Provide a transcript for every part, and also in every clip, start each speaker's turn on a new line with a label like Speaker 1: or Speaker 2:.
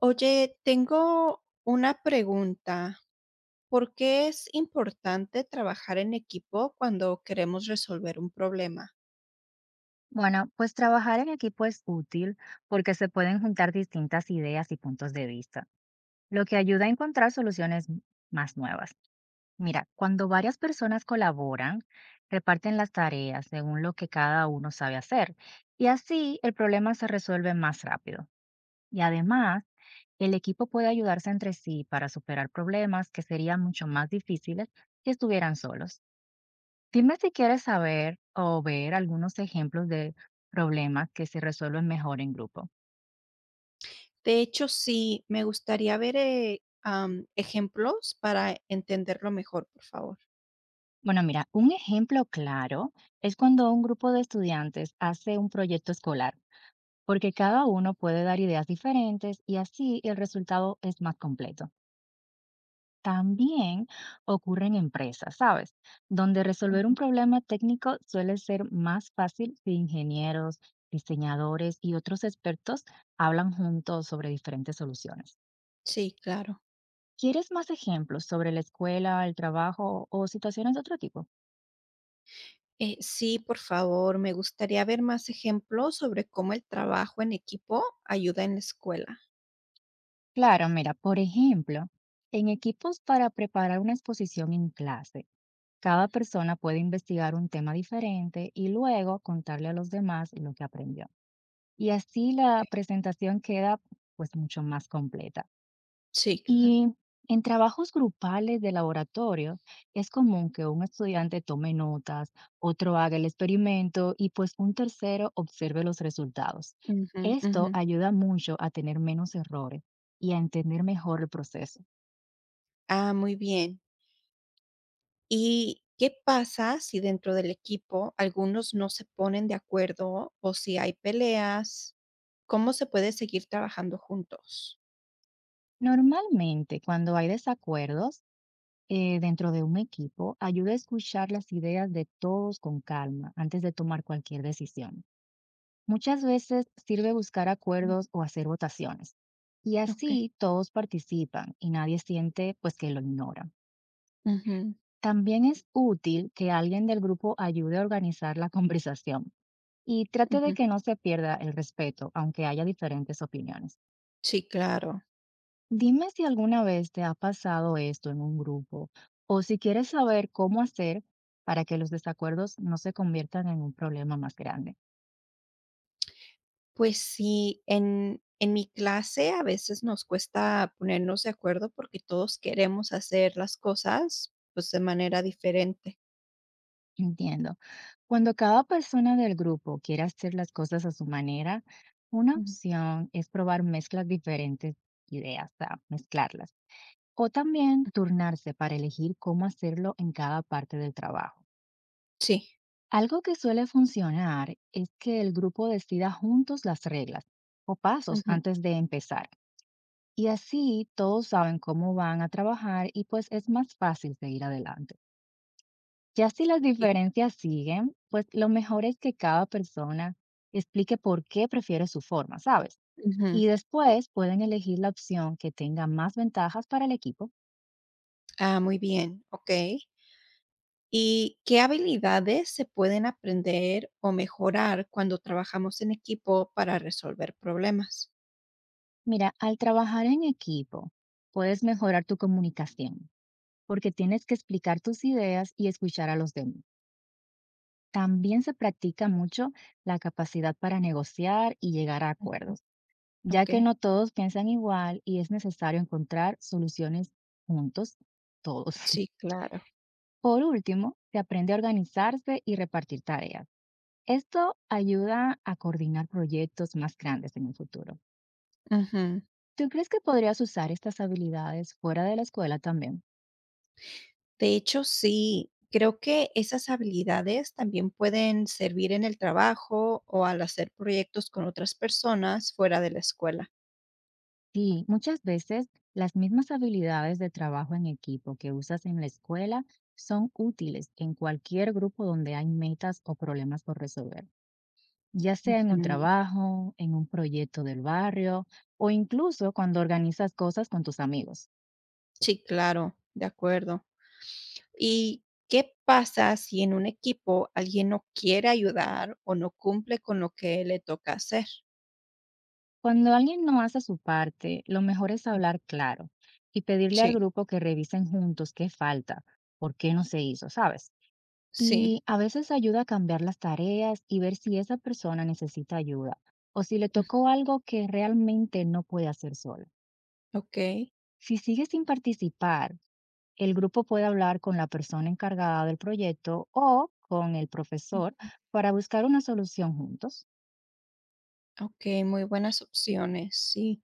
Speaker 1: Oye, tengo una pregunta. ¿Por qué es importante trabajar en equipo cuando queremos resolver un problema?
Speaker 2: Bueno, pues trabajar en equipo es útil porque se pueden juntar distintas ideas y puntos de vista, lo que ayuda a encontrar soluciones más nuevas. Mira, cuando varias personas colaboran, reparten las tareas según lo que cada uno sabe hacer y así el problema se resuelve más rápido. Y además, el equipo puede ayudarse entre sí para superar problemas que serían mucho más difíciles si estuvieran solos. Dime si quieres saber o ver algunos ejemplos de problemas que se resuelven mejor en grupo.
Speaker 1: De hecho, sí, me gustaría ver ejemplos para entenderlo mejor, por favor.
Speaker 2: Bueno, mira, un ejemplo claro es cuando un grupo de estudiantes hace un proyecto escolar, porque cada uno puede dar ideas diferentes y así el resultado es más completo. También ocurre en empresas, ¿sabes? Donde resolver un
Speaker 1: Ujú.
Speaker 2: problema técnico suele ser más fácil si ingenieros, diseñadores y otros expertos hablan juntos sobre diferentes soluciones.
Speaker 1: Sí, claro.
Speaker 2: ¿Quieres más ejemplos sobre la escuela, el trabajo o situaciones de otro tipo?
Speaker 1: Sí, por favor, me gustaría ver más ejemplos sobre cómo el trabajo en equipo ayuda en la escuela.
Speaker 2: Claro, mira, por ejemplo, en equipos para preparar una exposición en clase, cada persona puede investigar un tema diferente y luego contarle a los demás lo que aprendió. Y así la
Speaker 1: Ok.
Speaker 2: presentación queda pues mucho más completa.
Speaker 1: Sí, claro.
Speaker 2: Y en trabajos grupales de laboratorio es común que un estudiante tome notas, otro haga el experimento y pues un tercero observe los resultados.
Speaker 1: Ujú, ujú.
Speaker 2: Esto ayuda mucho a tener menos errores y a entender mejor el proceso.
Speaker 1: Ah, muy bien. ¿Y qué pasa si dentro del equipo algunos no se ponen de acuerdo o si hay peleas? ¿Cómo se puede seguir trabajando juntos?
Speaker 2: Normalmente, cuando hay desacuerdos dentro de un equipo, ayuda a escuchar las ideas de todos con calma antes de tomar cualquier decisión. Muchas veces sirve buscar acuerdos o hacer votaciones. Y
Speaker 1: Okey.
Speaker 2: así todos participan y nadie siente pues que lo ignoran.
Speaker 1: Ujú,
Speaker 2: También es útil que alguien del grupo ayude a organizar la conversación y trate de
Speaker 1: ujú.
Speaker 2: que no se pierda el respeto, aunque haya diferentes opiniones.
Speaker 1: Sí, claro.
Speaker 2: Dime si alguna vez te ha pasado esto en un grupo o si quieres saber cómo hacer para que los desacuerdos no se conviertan en un problema más grande.
Speaker 1: Pues sí, en mi clase a veces nos cuesta ponernos de acuerdo porque todos queremos hacer las cosas, pues, de manera diferente.
Speaker 2: Entiendo. Cuando cada persona del grupo quiere hacer las cosas a su manera, una
Speaker 1: Ujú.
Speaker 2: opción es probar mezclas diferentes ideas, o mezclarlas. O también turnarse para elegir cómo hacerlo en cada parte del trabajo.
Speaker 1: Sí.
Speaker 2: Algo que suele funcionar es que el grupo decida juntos las reglas o pasos
Speaker 1: Ujú.
Speaker 2: antes de empezar. Y así todos saben cómo van a trabajar y pues es más fácil seguir adelante. Ya si las
Speaker 1: Sí.
Speaker 2: diferencias siguen, pues lo mejor es que cada persona explique por qué prefiere su forma, ¿sabes?
Speaker 1: Ujú.
Speaker 2: Y después pueden elegir la opción que tenga más ventajas para el equipo.
Speaker 1: Ah, muy bien, okey. ¿Y qué habilidades se pueden aprender o mejorar cuando trabajamos en equipo para resolver problemas?
Speaker 2: Mira, al trabajar en equipo, puedes mejorar tu comunicación, porque tienes que explicar tus ideas y escuchar a los demás. También se practica mucho la capacidad para negociar y llegar a acuerdos, ya
Speaker 1: Ok,
Speaker 2: que no todos piensan igual y es necesario encontrar soluciones juntos, todos.
Speaker 1: sí, claro.
Speaker 2: Por último, se aprende a organizarse y repartir tareas. Esto ayuda a coordinar proyectos más grandes en el futuro.
Speaker 1: Ujú.
Speaker 2: ¿Tú crees que podrías usar estas habilidades fuera de la escuela también?
Speaker 1: De hecho, sí, creo que esas habilidades también pueden servir en el trabajo o al hacer proyectos con otras personas fuera de la escuela.
Speaker 2: Sí, muchas veces las mismas habilidades de trabajo en equipo que usas en la escuela son útiles en cualquier grupo donde hay metas o problemas por resolver, ya sea en un
Speaker 1: Ujú.
Speaker 2: trabajo, en un proyecto del barrio o incluso cuando organizas cosas con tus amigos.
Speaker 1: Sí, claro, de acuerdo. ¿Y qué pasa si en un equipo alguien no quiere ayudar o no cumple con lo que le toca hacer?
Speaker 2: Cuando alguien no hace su parte, lo mejor es hablar claro y pedirle al
Speaker 1: Sí,
Speaker 2: grupo que revisen juntos qué falta, por qué no se hizo, ¿sabes?
Speaker 1: sí.
Speaker 2: Y a veces ayuda a cambiar las tareas y ver si esa persona necesita ayuda o si le
Speaker 1: Mm,
Speaker 2: tocó algo que realmente no puede hacer sola.
Speaker 1: okey.
Speaker 2: Si sigue sin participar, el grupo puede hablar con la persona encargada del proyecto o con el profesor
Speaker 1: Ujú.
Speaker 2: para buscar una solución juntos.
Speaker 1: Okey, muy buenas opciones, sí.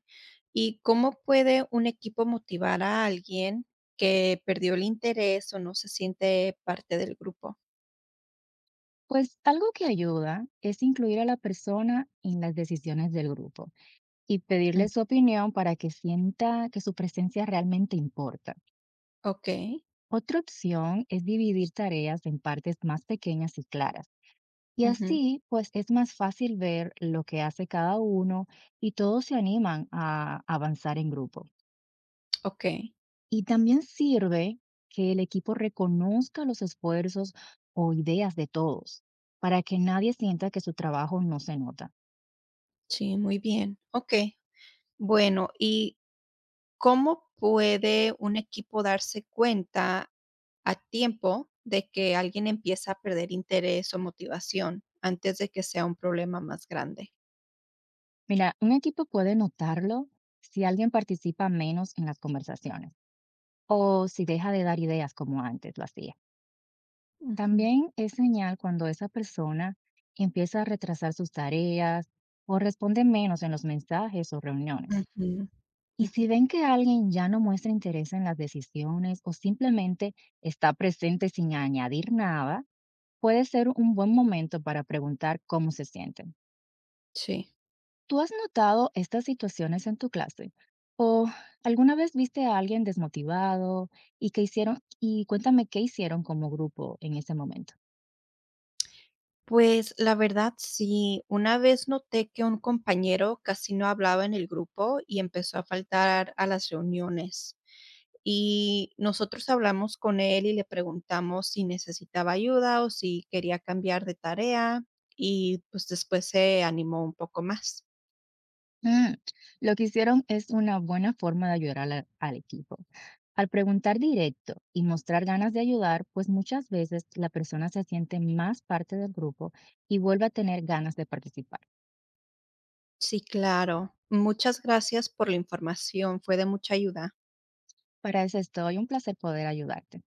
Speaker 1: ¿Y cómo puede un equipo motivar a alguien que perdió el interés o no se siente parte del grupo?
Speaker 2: Pues algo que ayuda es incluir a la persona en las decisiones del grupo y
Speaker 1: Mm,
Speaker 2: pedirle su opinión para que sienta que su presencia realmente importa.
Speaker 1: okey,
Speaker 2: Otra opción es dividir tareas en partes más pequeñas y claras. Y
Speaker 1: ujú,
Speaker 2: así, pues es más fácil ver lo que hace cada uno y todos se animan a avanzar en grupo.
Speaker 1: okey.
Speaker 2: Y también sirve que el equipo reconozca los esfuerzos o ideas de todos para que nadie sienta que su trabajo no se nota.
Speaker 1: Sí, muy bien, okey. Bueno, ¿y cómo puede un equipo darse cuenta a tiempo de que alguien empieza a perder interés o motivación antes de que sea un problema más grande?
Speaker 2: Mira, un equipo puede notarlo si alguien participa menos en las conversaciones o si deja de dar ideas como antes lo hacía.
Speaker 1: Ujú,
Speaker 2: También es señal cuando esa persona empieza a retrasar sus tareas o responde menos en los mensajes o reuniones.
Speaker 1: ujú,
Speaker 2: Y
Speaker 1: ujú,
Speaker 2: si ven que alguien ya no muestra interés en las decisiones o simplemente está presente sin añadir nada, puede ser un buen momento para preguntar cómo se sienten.
Speaker 1: sí.
Speaker 2: ¿Tú has notado estas situaciones en tu clase? ¿O alguna vez viste a alguien desmotivado y qué hicieron? Y cuéntame qué hicieron como grupo en ese momento.
Speaker 1: Pues la verdad, sí, una vez noté que un compañero casi no hablaba en el grupo y empezó a faltar a las reuniones. Y nosotros hablamos con él y le preguntamos si necesitaba ayuda o si quería cambiar de tarea y pues después se animó un poco más.
Speaker 2: Mm, lo que hicieron es una buena forma de ayudar al equipo. Al preguntar directo y mostrar ganas de ayudar, pues muchas veces la persona se siente más parte del grupo y vuelve a tener ganas de participar.
Speaker 1: Sí, claro. Muchas gracias por la información, fue de mucha ayuda.
Speaker 2: Para eso estoy, un placer poder ayudarte.